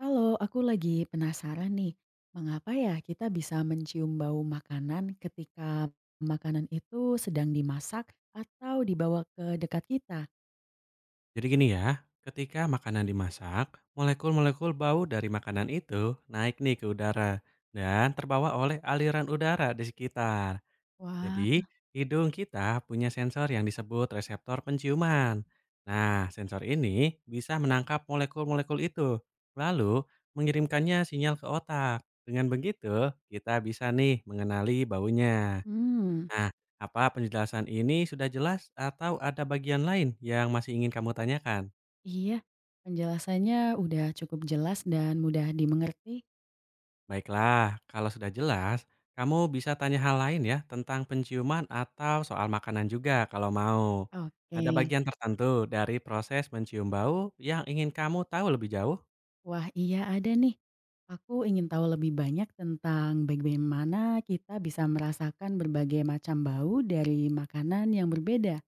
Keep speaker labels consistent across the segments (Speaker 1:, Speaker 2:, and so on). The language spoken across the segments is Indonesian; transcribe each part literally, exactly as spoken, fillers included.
Speaker 1: Halo, aku lagi penasaran nih, mengapa ya kita bisa mencium bau makanan ketika makanan itu sedang dimasak atau dibawa ke dekat kita?
Speaker 2: Jadi gini ya, ketika makanan dimasak, molekul-molekul bau dari makanan itu naik nih ke udara dan terbawa oleh aliran udara di sekitar.
Speaker 1: Wah.
Speaker 2: Jadi, hidung kita punya sensor yang disebut reseptor penciuman. Nah, sensor ini bisa menangkap molekul-molekul itu, lalu mengirimkannya sinyal ke otak. Dengan begitu, kita bisa nih mengenali baunya.
Speaker 1: Hmm.
Speaker 2: Nah, apa penjelasan ini sudah jelas atau ada bagian lain yang masih ingin kamu tanyakan?
Speaker 1: Iya, penjelasannya udah cukup jelas dan mudah dimengerti.
Speaker 2: Baiklah, kalau sudah jelas, kamu bisa tanya hal lain ya tentang penciuman atau soal makanan juga kalau mau. Ada
Speaker 1: Oke,
Speaker 2: bagian tertentu dari proses mencium bau yang ingin kamu tahu lebih jauh.
Speaker 1: wah iya ada nih. Aku ingin tahu lebih banyak tentang bagaimana kita bisa merasakan berbagai macam bau dari makanan yang berbeda.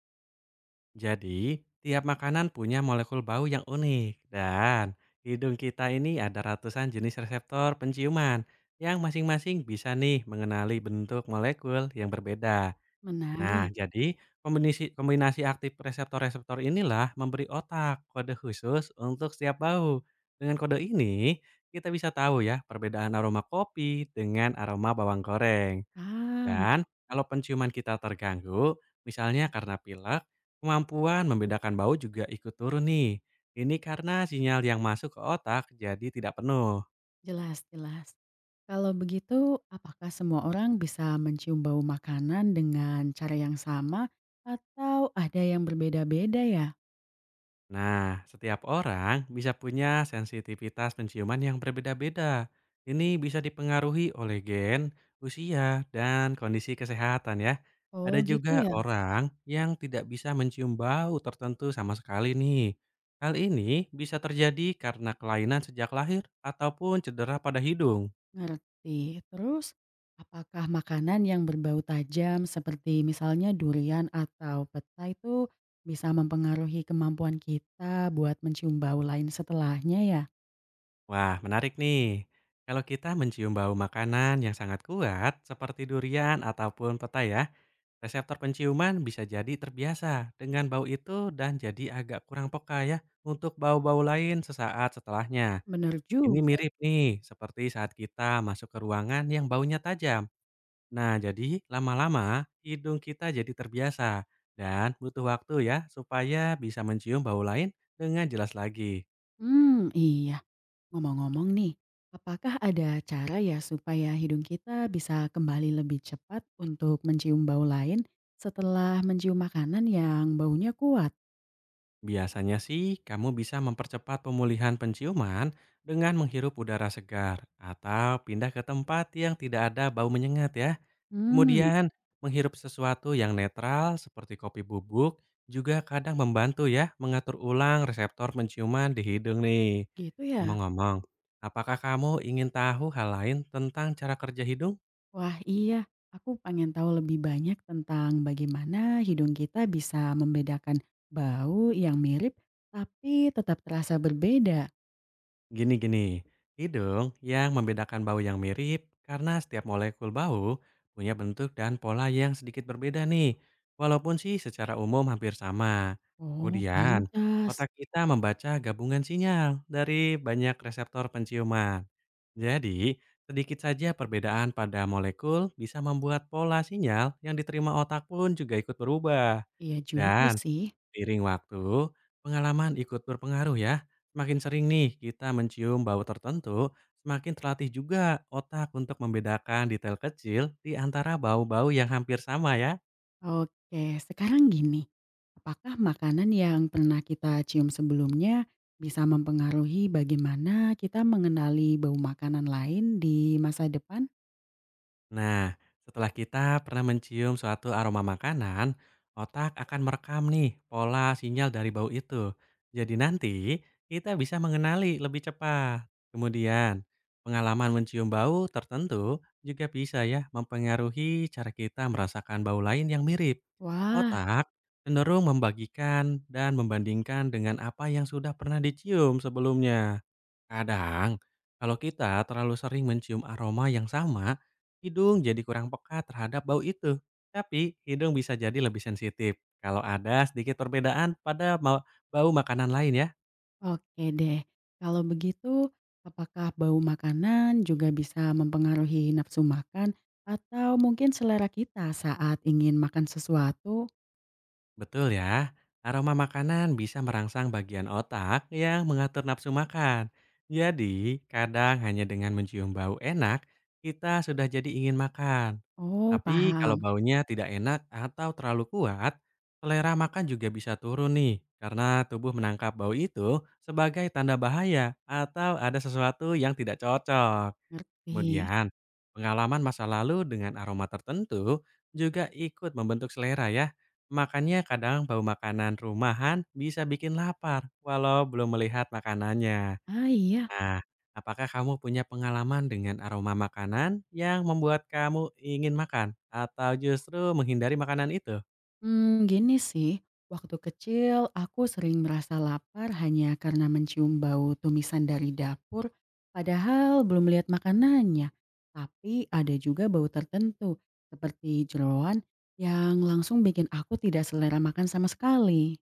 Speaker 2: Jadi, tiap makanan punya molekul bau yang unik dan hidung kita ini ada ratusan jenis reseptor penciuman yang masing-masing bisa nih mengenali bentuk molekul yang berbeda. Nah,
Speaker 1: Menarik.
Speaker 2: jadi kombinisi kombinasi aktif reseptor-reseptor inilah memberi otak kode khusus untuk setiap bau. Dengan kode ini, kita bisa tahu ya perbedaan aroma kopi dengan aroma bawang goreng.
Speaker 1: Ah.
Speaker 2: Dan kalau penciuman kita terganggu, misalnya karena pilek, kemampuan membedakan bau juga ikut turun nih. Ini karena sinyal yang masuk ke otak jadi tidak penuh.
Speaker 1: Jelas, jelas. Kalau begitu, apakah semua orang bisa mencium bau makanan dengan cara yang sama atau ada yang berbeda-beda ya?
Speaker 2: Nah, setiap orang bisa punya sensitivitas penciuman yang berbeda-beda. Ini bisa dipengaruhi oleh gen, usia, dan kondisi kesehatan ya. Ada
Speaker 1: Oh gitu
Speaker 2: juga
Speaker 1: ya.
Speaker 2: orang yang tidak bisa mencium bau tertentu sama sekali nih. Hal ini bisa terjadi karena kelainan sejak lahir ataupun cedera pada hidung.
Speaker 1: Ngerti. Terus, apakah makanan yang berbau tajam seperti misalnya durian atau petai itu bisa mempengaruhi kemampuan kita buat mencium bau lain setelahnya ya?
Speaker 2: Wah, menarik nih. Kalau kita mencium bau makanan yang sangat kuat seperti durian ataupun petai ya, reseptor penciuman bisa jadi terbiasa dengan bau itu dan jadi agak kurang peka ya untuk bau-bau lain sesaat setelahnya.
Speaker 1: Bener
Speaker 2: Ini
Speaker 1: juga.
Speaker 2: mirip nih seperti saat kita masuk ke ruangan yang baunya tajam. Nah, jadi lama-lama hidung kita jadi terbiasa dan butuh waktu ya supaya bisa mencium bau lain dengan jelas lagi.
Speaker 1: Hmm, iya. Ngomong-ngomong nih, apakah ada cara ya supaya hidung kita bisa kembali lebih cepat untuk mencium bau lain setelah mencium makanan yang baunya kuat?
Speaker 2: Biasanya sih kamu bisa mempercepat pemulihan penciuman dengan menghirup udara segar atau pindah ke tempat yang tidak ada bau menyengat ya.
Speaker 1: Hmm,
Speaker 2: Kemudian, menghirup sesuatu yang netral seperti kopi bubuk juga kadang membantu ya mengatur ulang reseptor penciuman di hidung nih.
Speaker 1: gitu ya?
Speaker 2: Ngomong-ngomong, apakah kamu ingin tahu hal lain tentang cara kerja hidung?
Speaker 1: Wah iya, aku pengen tahu lebih banyak tentang bagaimana hidung kita bisa membedakan bau yang mirip tapi tetap terasa berbeda.
Speaker 2: Gini-gini, hidung yang membedakan bau yang mirip karena setiap molekul bau punya bentuk dan pola yang sedikit berbeda nih. Walaupun sih secara umum hampir sama.
Speaker 1: Oh
Speaker 2: Kemudian,
Speaker 1: pantes.
Speaker 2: otak kita membaca gabungan sinyal dari banyak reseptor penciuman. Jadi, sedikit saja perbedaan pada molekul bisa membuat pola sinyal yang diterima otak pun juga ikut berubah.
Speaker 1: Iya juga
Speaker 2: Dan
Speaker 1: sih.
Speaker 2: seiring waktu, pengalaman ikut berpengaruh ya. Semakin sering nih kita mencium bau tertentu, semakin terlatih juga otak untuk membedakan detail kecil di antara bau-bau yang hampir sama ya.
Speaker 1: Oke, sekarang gini, apakah makanan yang pernah kita cium sebelumnya bisa mempengaruhi bagaimana kita mengenali bau makanan lain di masa depan?
Speaker 2: Nah, setelah kita pernah mencium suatu aroma makanan, otak akan merekam nih pola sinyal dari bau itu. Jadi nanti kita bisa mengenali lebih cepat. Kemudian, pengalaman mencium bau tertentu juga bisa ya mempengaruhi cara kita merasakan bau lain yang mirip.
Speaker 1: Wah.
Speaker 2: Otak cenderung membagikan dan membandingkan dengan apa yang sudah pernah dicium sebelumnya. Kadang, kalau kita terlalu sering mencium aroma yang sama, hidung jadi kurang peka terhadap bau itu. Tapi, hidung bisa jadi lebih sensitif kalau ada sedikit perbedaan pada ma- bau makanan lain ya.
Speaker 1: Oke deh. Kalau begitu, apakah bau makanan juga bisa mempengaruhi nafsu makan atau mungkin selera kita saat ingin makan sesuatu?
Speaker 2: Betul ya, aroma makanan bisa merangsang bagian otak yang mengatur nafsu makan. Jadi, kadang hanya dengan mencium bau enak, kita sudah jadi ingin makan.
Speaker 1: Oh,
Speaker 2: Tapi kalau
Speaker 1: paham.
Speaker 2: baunya tidak enak atau terlalu kuat, selera makan juga bisa turun nih, karena tubuh menangkap bau itu sebagai tanda bahaya atau ada sesuatu yang tidak cocok.
Speaker 1: Ngerti.
Speaker 2: Kemudian, pengalaman masa lalu dengan aroma tertentu juga ikut membentuk selera ya. Makanya kadang bau makanan rumahan bisa bikin lapar walau belum melihat makanannya.
Speaker 1: Ah iya.
Speaker 2: Nah, apakah kamu punya pengalaman dengan aroma makanan yang membuat kamu ingin makan atau justru menghindari makanan itu?
Speaker 1: Mmm, gini sih, waktu kecil aku sering merasa lapar hanya karena mencium bau tumisan dari dapur, padahal belum lihat makanannya. Tapi ada juga bau tertentu, seperti jeroan yang langsung bikin aku tidak selera makan sama sekali.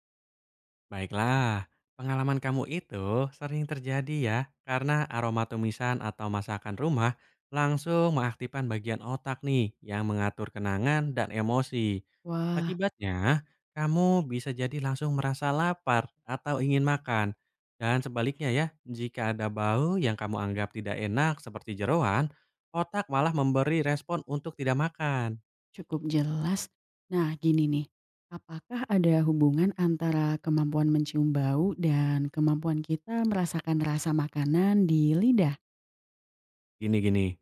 Speaker 2: Baiklah, pengalaman kamu itu sering terjadi ya, karena aroma tumisan atau masakan rumah langsung mengaktifkan bagian otak nih yang mengatur kenangan dan emosi.
Speaker 1: Wah.
Speaker 2: Akibatnya, kamu bisa jadi langsung merasa lapar atau ingin makan. Dan sebaliknya ya, jika ada bau yang kamu anggap tidak enak seperti jeroan, otak malah memberi respon untuk tidak makan.
Speaker 1: Cukup jelas. Nah gini nih, apakah ada hubungan antara kemampuan mencium bau dan kemampuan kita merasakan rasa makanan di lidah?
Speaker 2: Gini-gini,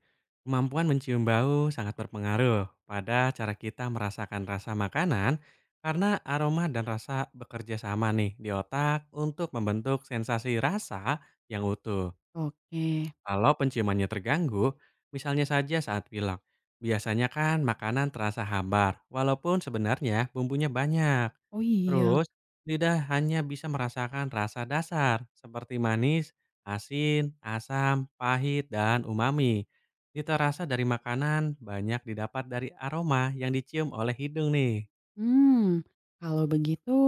Speaker 2: kemampuan mencium bau sangat berpengaruh pada cara kita merasakan rasa makanan karena aroma dan rasa bekerja sama nih di otak untuk membentuk sensasi rasa yang utuh.
Speaker 1: Oke.
Speaker 2: Kalau penciumannya terganggu, misalnya saja saat pilek, biasanya kan makanan terasa hambar, walaupun sebenarnya bumbunya banyak.
Speaker 1: Oh iya.
Speaker 2: Terus, lidah hanya bisa merasakan rasa dasar seperti manis, asin, asam, pahit, dan umami. Cita rasa dari makanan banyak didapat dari aroma yang dicium oleh hidung nih.
Speaker 1: Hmm, kalau begitu,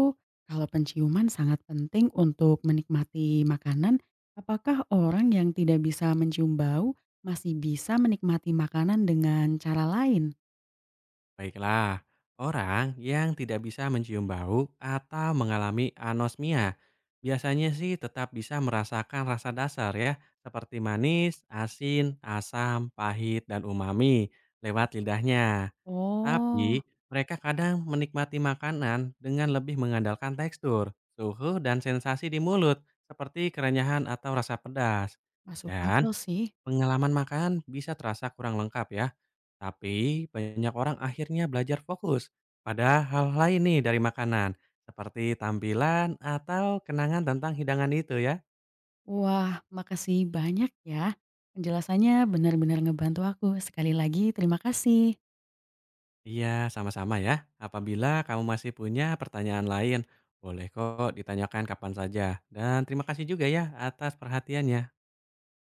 Speaker 1: kalau penciuman sangat penting untuk menikmati makanan, apakah orang yang tidak bisa mencium bau masih bisa menikmati makanan dengan cara lain?
Speaker 2: Baiklah, orang yang tidak bisa mencium bau atau mengalami anosmia biasanya sih tetap bisa merasakan rasa dasar ya, seperti manis, asin, asam, pahit, dan umami lewat lidahnya.
Speaker 1: Oh,
Speaker 2: Tapi mereka kadang menikmati makanan dengan lebih mengandalkan tekstur, suhu, dan sensasi di mulut, seperti kerenyahan atau rasa pedas.
Speaker 1: masuk
Speaker 2: Dan
Speaker 1: akal sih.
Speaker 2: pengalaman makan bisa terasa kurang lengkap ya, tapi banyak orang akhirnya belajar fokus pada hal lain nih dari makanan, seperti tampilan atau kenangan tentang hidangan itu ya.
Speaker 1: Wah, makasih banyak ya. Penjelasannya benar-benar ngebantu aku. Sekali lagi terima kasih.
Speaker 2: Iya, sama-sama ya. Apabila kamu masih punya pertanyaan lain, boleh kok ditanyakan kapan saja. Dan terima kasih juga ya atas perhatiannya.